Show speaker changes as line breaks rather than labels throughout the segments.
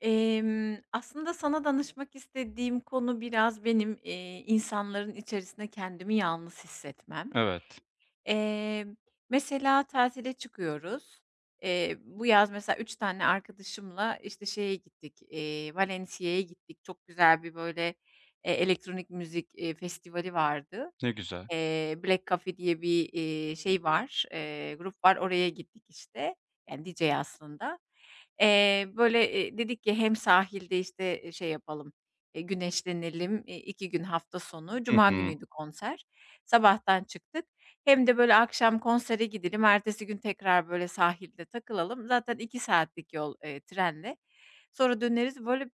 Aslında sana danışmak istediğim konu biraz benim, insanların içerisinde kendimi yalnız hissetmem.
Evet,
Emm, Mesela tatile çıkıyoruz. Bu yaz mesela 3 tane arkadaşımla, işte, şeye gittik, Valencia'ya gittik. Çok güzel bir, böyle, elektronik müzik, festivali vardı.
ne güzel.
Black Coffee diye bir, şey var, grup var. Oraya gittik işte. Yani DJ aslında. Böyle, dedik ki hem sahilde, işte, şey yapalım, güneşlenelim, 2 gün hafta sonu.
Hı
Cuma
hı,
günüydü konser. Sabahtan çıktık. Hem de böyle akşam konsere gidelim, ertesi gün tekrar böyle sahilde takılalım. Zaten 2 saatlik yol, trenle. Sonra döneriz. Böyle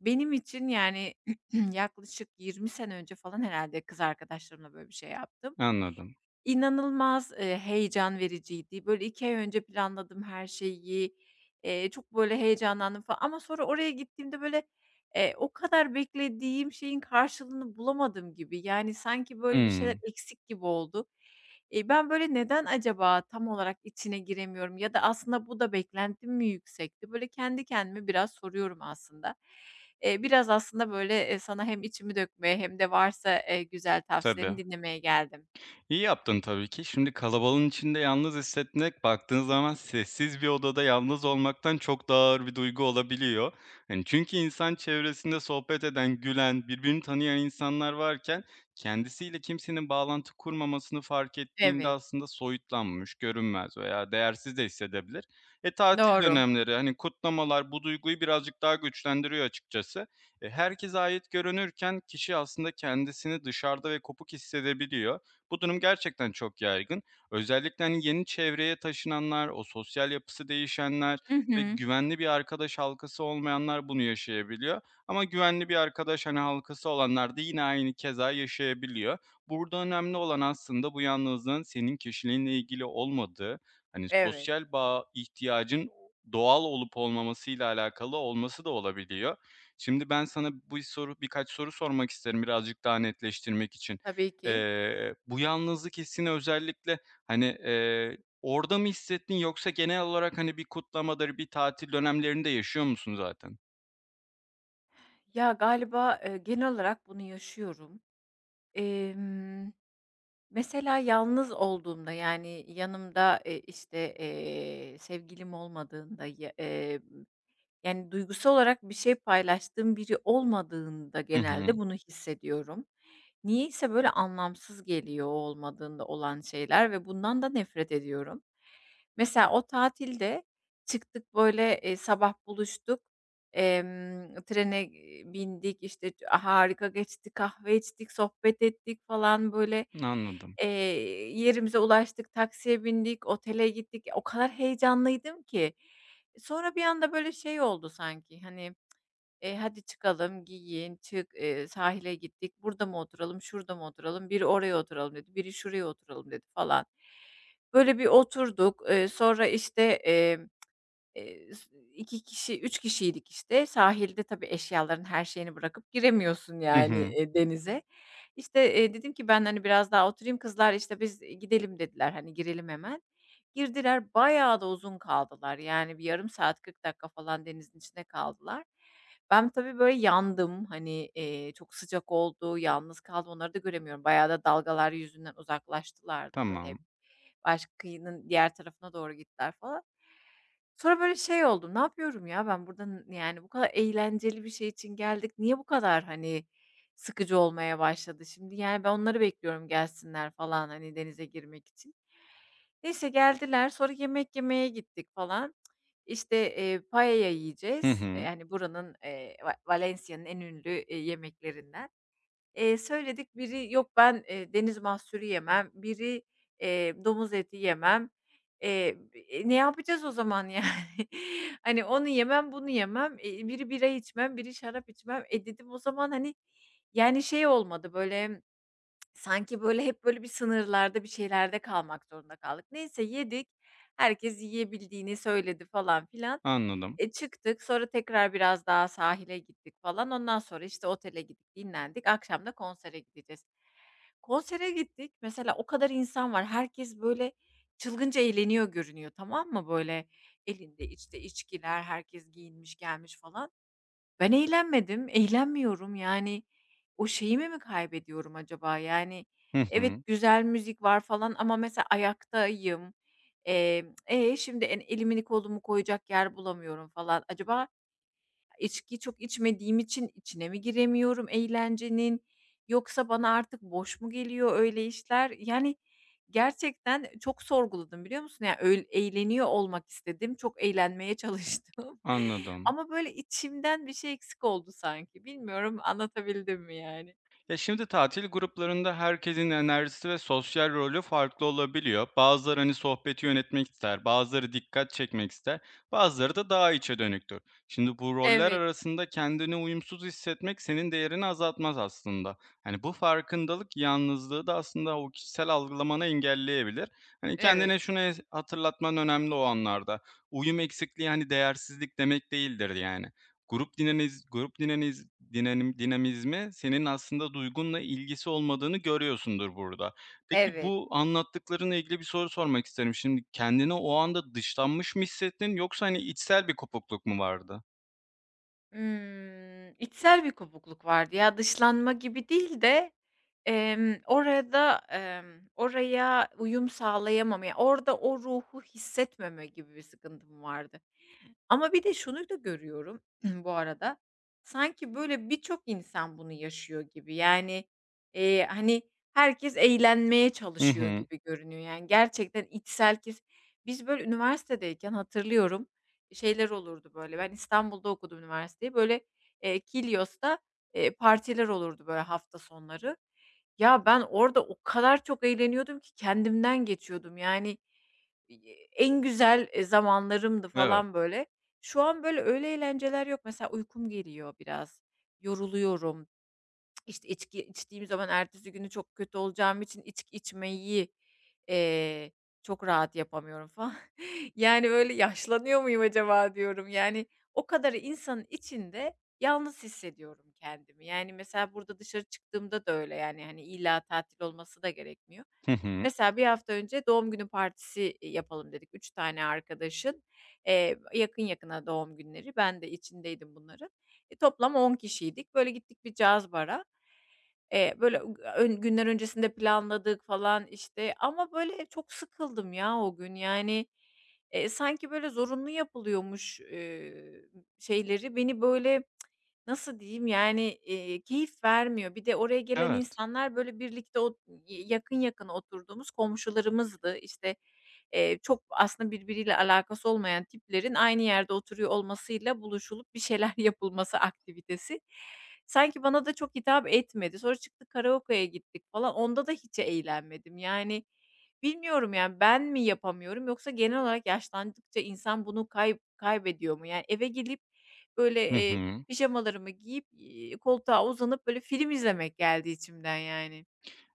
benim için yani... Yaklaşık 20 sene önce falan herhâlde kız arkadaşlarımla böyle bir şey yaptım.
anladım.
İnanılmaz, heyecan vericiydi. Böyle 2 ay önce planladım her şeyi. Çok böyle heyecanlandım falan ama sonra oraya gittiğimde böyle, o kadar beklediğim şeyin karşılığını bulamadım gibi. Yani sanki böyle bir şeyler
Hımm,
eksik gibi oldu. Ben böyle neden acaba tam olarak içine giremiyorum ya da aslında bu da beklentim mi yüksekti? Böyle kendi kendime biraz soruyorum aslında. Biraz aslında böyle, sana hem içimi dökmeye hem de varsa, güzel
tabii.
tavsiyelerini dinlemeye geldim.
İyi yaptın tabii ki. Şimdi kalabalığın içinde yalnız hissetmek, baktığın zaman sessiz bir odada yalnız olmaktan çok daha ağır bir duygu olabiliyor. Hani çünkü insan çevresinde sohbet eden, gülen, birbirini tanıyan insanlar varken kendisiyle kimsenin bağlantı kurmamasını fark ettiğinde
Evet.
aslında soyutlanmış, görünmez veya değersiz de hissedebilir. E tatil
Doğru.
dönemleri, hani kutlamalar bu duyguyu birazcık daha güçlendiriyor açıkçası. E, herkese ait görünürken kişi aslında kendisini dışarıda ve kopuk hissedebiliyor. Bu durum gerçekten çok yaygın. Özellikle, hani, yeni çevreye taşınanlar, o sosyal yapısı değişenler
Hı
ve
hı.
güvenli bir arkadaş halkası olmayanlar bunu yaşayabiliyor. Ama güvenli bir arkadaş, hani, halkası olanlar da yine aynı keza yaşayabiliyor. Burada önemli olan aslında bu yalnızlığın senin kişiliğinle ilgili olmadığı, hani,
Evet,
sosyal bağa ihtiyacın doğal olup olmamasıyla alakalı olması da olabiliyor. Şimdi ben sana bu soru birkaç soru sormak isterim birazcık daha netleştirmek için.
tabii ki.
Bu yalnızlık hissini özellikle, hani, orada mı hissettin yoksa genel olarak, hani, bir kutlamadır, bir tatil dönemlerinde yaşıyor musun zaten?
Ya, galiba, genel olarak bunu yaşıyorum. Emm, Mesela yalnız olduğumda, yani, yanımda, işte, sevgilim olmadığında, ya yani, duygusal olarak bir şey paylaştığım biri olmadığında
Hı
genelde
hı.
bunu hissediyorum. Niyeyse böyle anlamsız geliyor o olmadığında olan şeyler ve bundan da nefret ediyorum. Mesela o tatilde çıktık, böyle, sabah buluştuk, trene, bindik, işte, harika geçti, kahve içtik, sohbet ettik falan, böyle.
Anladım.
Eee, yerimize ulaştık, taksiye bindik, otele gittik. O kadar heyecanlıydım ki. Sonra bir anda, böyle, şey oldu sanki, hani, "Hadi çıkalım, giyin, çık, sahile gittik, burada mı oturalım, şurada mı oturalım, biri oraya oturalım." dedi, biri şuraya oturalım dedi falan. Böyle bir oturduk. Sonra, işte, Eee, s 3 kişiydik, işte. Sahilde tabii eşyaların her şeyini bırakıp giremiyorsun,
Hı
yani,
hı.
denize. İşte, dedim ki ben, hani, biraz daha oturayım. Kızlar, işte, "Biz gidelim." dediler, hani, "Girelim hemen." Girdiler, bayağı da uzun kaldılar. Yani, bir yarım saat, 40 dakika falan denizin içinde kaldılar. Ben tabii böyle yandım. Hani, çok sıcak oldu, yalnız kaldım. Onları da göremiyorum. Bayağı da dalgalar yüzünden uzaklaştılar da böyle
Tamam.
hep. Kıyının diğer tarafına doğru gittiler falan. Sonra böyle şey oldum, "Ne yapıyorum ya ben burada yani bu kadar eğlenceli bir şey için geldik, niye bu kadar, hani, sıkıcı olmaya başladı şimdi?" Yani ben onları bekliyorum gelsinler falan, hani, denize girmek için. Neyse geldiler, sonra yemek yemeye gittik falan. İşte, paella
Hı
yiyeceğiz. Eee,
hı.
hani, buranın, Va Valencia'nın en ünlü, yemeklerinden. Söyledik, biri "Yok, ben, deniz mahsulü yemem." Biri, "Domuz eti yemem." Ne yapacağız o zaman yani? Hani, onu yemem, bunu yemem, biri bira içmem, biri şarap içmem. Dedim o zaman, hani, yani, şey olmadı böyle. Sanki, böyle, hep, böyle, bir sınırlarda, bir şeylerde kalmak zorunda kaldık. Neyse, yedik. Herkes yiyebildiğini söyledi falan filan.
Anladım.
Çıktık. Sonra tekrar biraz daha sahile gittik falan. Ondan sonra, işte, otele gittik, dinlendik. Akşam da konsere gideceğiz. Konsere gittik. Mesela o kadar insan var. Herkes, böyle, çılgınca eğleniyor görünüyor, tamam mı? Böyle, elinde, işte, içkiler, herkes giyinmiş gelmiş falan. Ben eğlenmedim, eğlenmiyorum. Yani, o şeyimi mi kaybediyorum acaba? Yani,
Hı
evet,
hı.
güzel müzik var falan ama mesela ayaktayım. Şimdi elimi kolumu koyacak yer bulamıyorum falan. Acaba İçkiyi çok içmediğim için içine mi giremiyorum eğlencenin yoksa bana artık boş mu geliyor öyle işler? Yani, gerçekten çok sorguladım, biliyor musun? Yani, eğleniyor olmak istedim, çok eğlenmeye çalıştım
Anladım.
ama, böyle, içimden bir şey eksik oldu sanki. Bilmiyorum anlatabildim mi yani?
Ya şimdi tatil gruplarında herkesin enerjisi ve sosyal rolü farklı olabiliyor. Bazıları hani sohbeti yönetmek ister, bazıları dikkat çekmek ister, bazıları da daha içe dönüktür. Şimdi bu roller
Evet,
arasında kendini uyumsuz hissetmek senin değerini azaltmaz aslında. Hani bu farkındalık yalnızlığı da aslında o kişisel algılamanı engelleyebilir. Hani
evet,
kendine şunu hatırlatman önemli o anlarda. Uyum eksikliği hani değersizlik demek değildir yani. Grup dinaniz grup dinaniz dinanim dinamizmi senin aslında duygunla ilgisi olmadığını görüyorsundur burada. Peki
evet.
bu anlattıklarınla ilgili bir soru sormak isterim. Şimdi kendini o anda dışlanmış mı hissettin yoksa, hani, içsel bir kopukluk mu vardı?
İçsel bir kopukluk vardı. Ya, dışlanma gibi değil de, orada, oraya uyum sağlayamama, ya, orada o ruhu hissetmeme gibi bir sıkıntım vardı. Ama bir de şunu da görüyorum bu arada, sanki böyle birçok insan bunu yaşıyor gibi. Yani, hani, herkes eğlenmeye
Hı
çalışıyor
hı.
gibi görünüyor. Yani gerçekten içsel Biz böyle üniversitedeyken hatırlıyorum, şeyler olurdu böyle, ben İstanbul'da okudum üniversiteyi, böyle, Kilyos'ta, partiler olurdu böyle hafta sonları. Ya ben orada o kadar çok eğleniyordum ki kendimden geçiyordum. Yani en güzel, zamanlarımdı
Evet.
falan böyle. Şu an böyle öyle eğlenceler yok. Mesela uykum geliyor biraz, yoruluyorum, işte, içki içtiğim zaman ertesi günü çok kötü olacağım için içki içmeyi, eee, çok rahat yapamıyorum falan. Yani, böyle, yaşlanıyor muyum acaba diyorum. Yani, o kadar insanın içinde yalnız hissediyorum kendimi. Yani, mesela burada dışarı çıktığımda da öyle, yani, hani, illa tatil olması da gerekmiyor.
Hı hı.
Mesela bir hafta önce doğum günü partisi yapalım dedik, üç tane arkadaşın. Yakın yakına doğum günleri. Ben de içindeydim bunların. Toplam 10 kişiydik. Böyle, gittik bir caz bara. Böyle, ön günler öncesinde planladık falan, işte, ama, böyle, çok sıkıldım ya o gün. Yani, sanki, böyle, zorunlu yapılıyormuş, şeyleri beni, böyle. Nasıl diyeyim, yani, keyif vermiyor. Bir de oraya gelen
Evet.
insanlar, böyle, birlikte yakın yakın oturduğumuz komşularımızdı. İşte, çok aslında birbiriyle alakası olmayan tiplerin aynı yerde oturuyor olmasıyla buluşulup bir şeyler yapılması aktivitesi sanki bana da çok hitap etmedi. Sonra çıktık karaokeye gittik falan. Onda da hiç eğlenmedim. Yani, bilmiyorum, yani, ben mi yapamıyorum yoksa genel olarak yaşlandıkça insan bunu kaybediyor mu? Yani, eve gelip,
Hı
böyle,
hı.
pijamalarımı giyip, koltuğa uzanıp böyle film izlemek geldi içimden yani.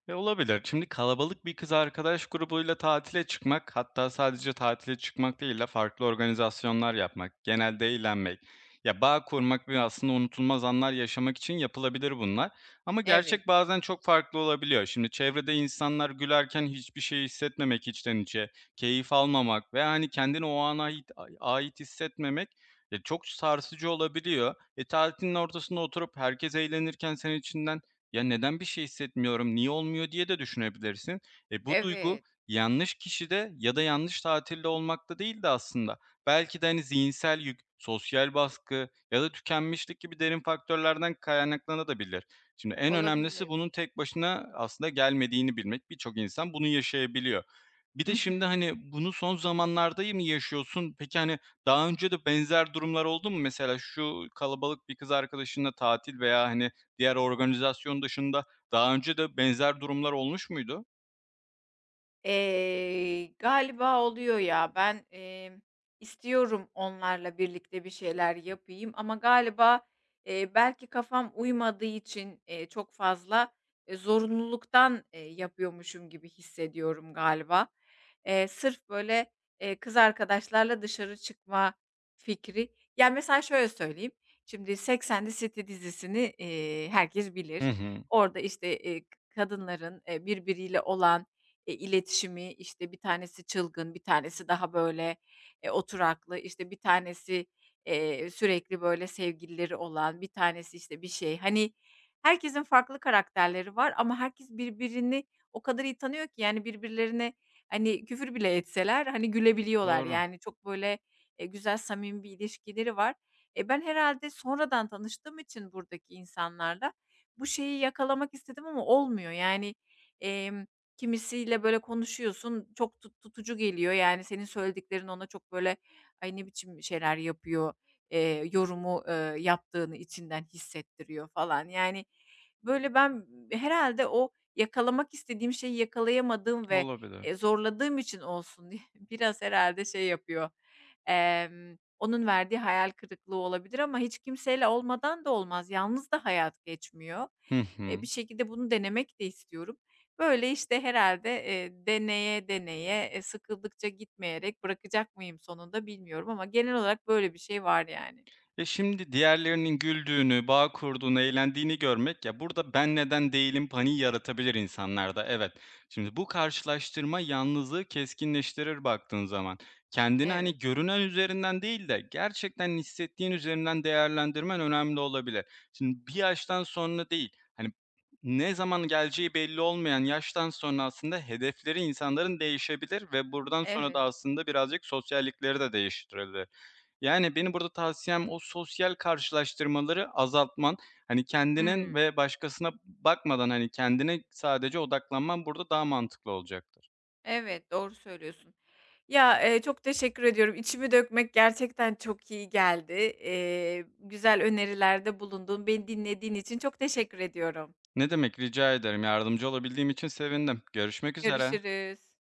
E, olabilir. Şimdi kalabalık bir kız arkadaş grubuyla tatile çıkmak, hatta sadece tatile çıkmak değil de farklı organizasyonlar yapmak, genelde eğlenmek, ya bağ kurmak ve aslında unutulmaz anlar yaşamak için yapılabilir bunlar. Ama
Evet,
gerçek bazen çok farklı olabiliyor. Şimdi çevrede insanlar gülerken hiçbir şey hissetmemek içten içe, keyif almamak ve hani kendini o ana ait hissetmemek e, çok sarsıcı olabiliyor. E tatilin ortasında oturup herkes eğlenirken sen içinden "Ya, neden bir şey hissetmiyorum, niye olmuyor?" diye de düşünebilirsin. E, bu duygu
evet.
yanlış kişide ya da yanlış tatilde olmakta değil de aslında belki de, hani, zihinsel yük, sosyal baskı ya da tükenmişlik gibi derin faktörlerden kaynaklanabilir. Şimdi en önemlisi
Olabilir.
bunun tek başına aslında gelmediğini bilmek. Birçok insan bunu yaşayabiliyor. Bir
Hı
de şimdi,
hı.
hani, bunu son zamanlarda mı yaşıyorsun? Peki, hani, daha önce de benzer durumlar oldu mu? Mesela şu kalabalık bir kız arkadaşınla tatil veya, hani, diğer organizasyon dışında daha önce de benzer durumlar olmuş muydu?
Galiba oluyor ya. Ben, istiyorum onlarla birlikte bir şeyler yapayım ama galiba, belki kafam uymadığı için, çok fazla, zorunluluktan, yapıyormuşum gibi hissediyorum galiba. Sırf böyle, kız arkadaşlarla dışarı çıkma fikri yani mesela şöyle söyleyeyim, şimdi "Sex& the City" dizisini, herkes bilir.
Hı hı.
Orada, işte, kadınların, birbiriyle olan, iletişimi, işte, bir tanesi çılgın, bir tanesi daha, böyle, oturaklı, işte, bir tanesi, sürekli, böyle, sevgilileri olan, bir tanesi, işte, bir şey. Hani, herkesin farklı karakterleri var ama herkes birbirini o kadar iyi tanıyor ki, yani, birbirlerine, hani, küfür bile etseler, hani, gülebiliyorlar.
Doğru,
Yani, çok, böyle, güzel samimi bir ilişkileri var. Ben herhalde sonradan tanıştığım için buradaki insanlarla bu şeyi yakalamak istedim ama olmuyor. Yani, kimisiyle böyle konuşuyorsun, çok tutucu geliyor. Yani, senin söylediklerin ona çok böyle, "Ay, ne biçim şeyler yapıyor." Yorumu, yaptığını içinden hissettiriyor falan. Yani, böyle, ben herhalde o yakalamak istediğim şeyi yakalayamadığım ve,
olabilir.
zorladığım için olsun diye biraz herhalde şey yapıyor, onun verdiği hayal kırıklığı olabilir ama hiç kimseyle olmadan da olmaz. Yalnız da hayat geçmiyor.
Hı
Bir
hı.
şekilde bunu denemek de istiyorum. Böyle, işte, herhalde deneye deneye, sıkıldıkça gitmeyerek bırakacak mıyım sonunda bilmiyorum ama genel olarak böyle bir şey var yani.
E şimdi diğerlerinin güldüğünü, bağ kurduğunu, eğlendiğini görmek, ya, burada "ben neden değilim" paniği yaratabilir insanlarda, evet. Şimdi bu karşılaştırma yalnızlığı keskinleştirir baktığın zaman. Kendini, hani,
Evet,
görünen üzerinden değil de gerçekten hissettiğin üzerinden değerlendirmen önemli olabilir. Şimdi bir yaştan sonra değil, hani, ne zaman geleceği belli olmayan yaştan sonra aslında hedefleri insanların değişebilir ve buradan sonra da
evet.
aslında birazcık sosyallikleri de değiştirebilir. Yani, benim burada tavsiyem o sosyal karşılaştırmaları azaltman. Hani, kendinin
Hımm.
ve başkasına bakmadan, hani, kendine sadece odaklanman burada daha mantıklı olacaktır.
Evet, doğru söylüyorsun. Ya, çok teşekkür ediyorum. İçimi dökmek gerçekten çok iyi geldi. Güzel önerilerde bulundun. Beni dinlediğin için çok teşekkür ediyorum.
Ne demek, rica ederim. Yardımcı olabildiğim için sevindim. Görüşmek üzere.
Görüşürüz.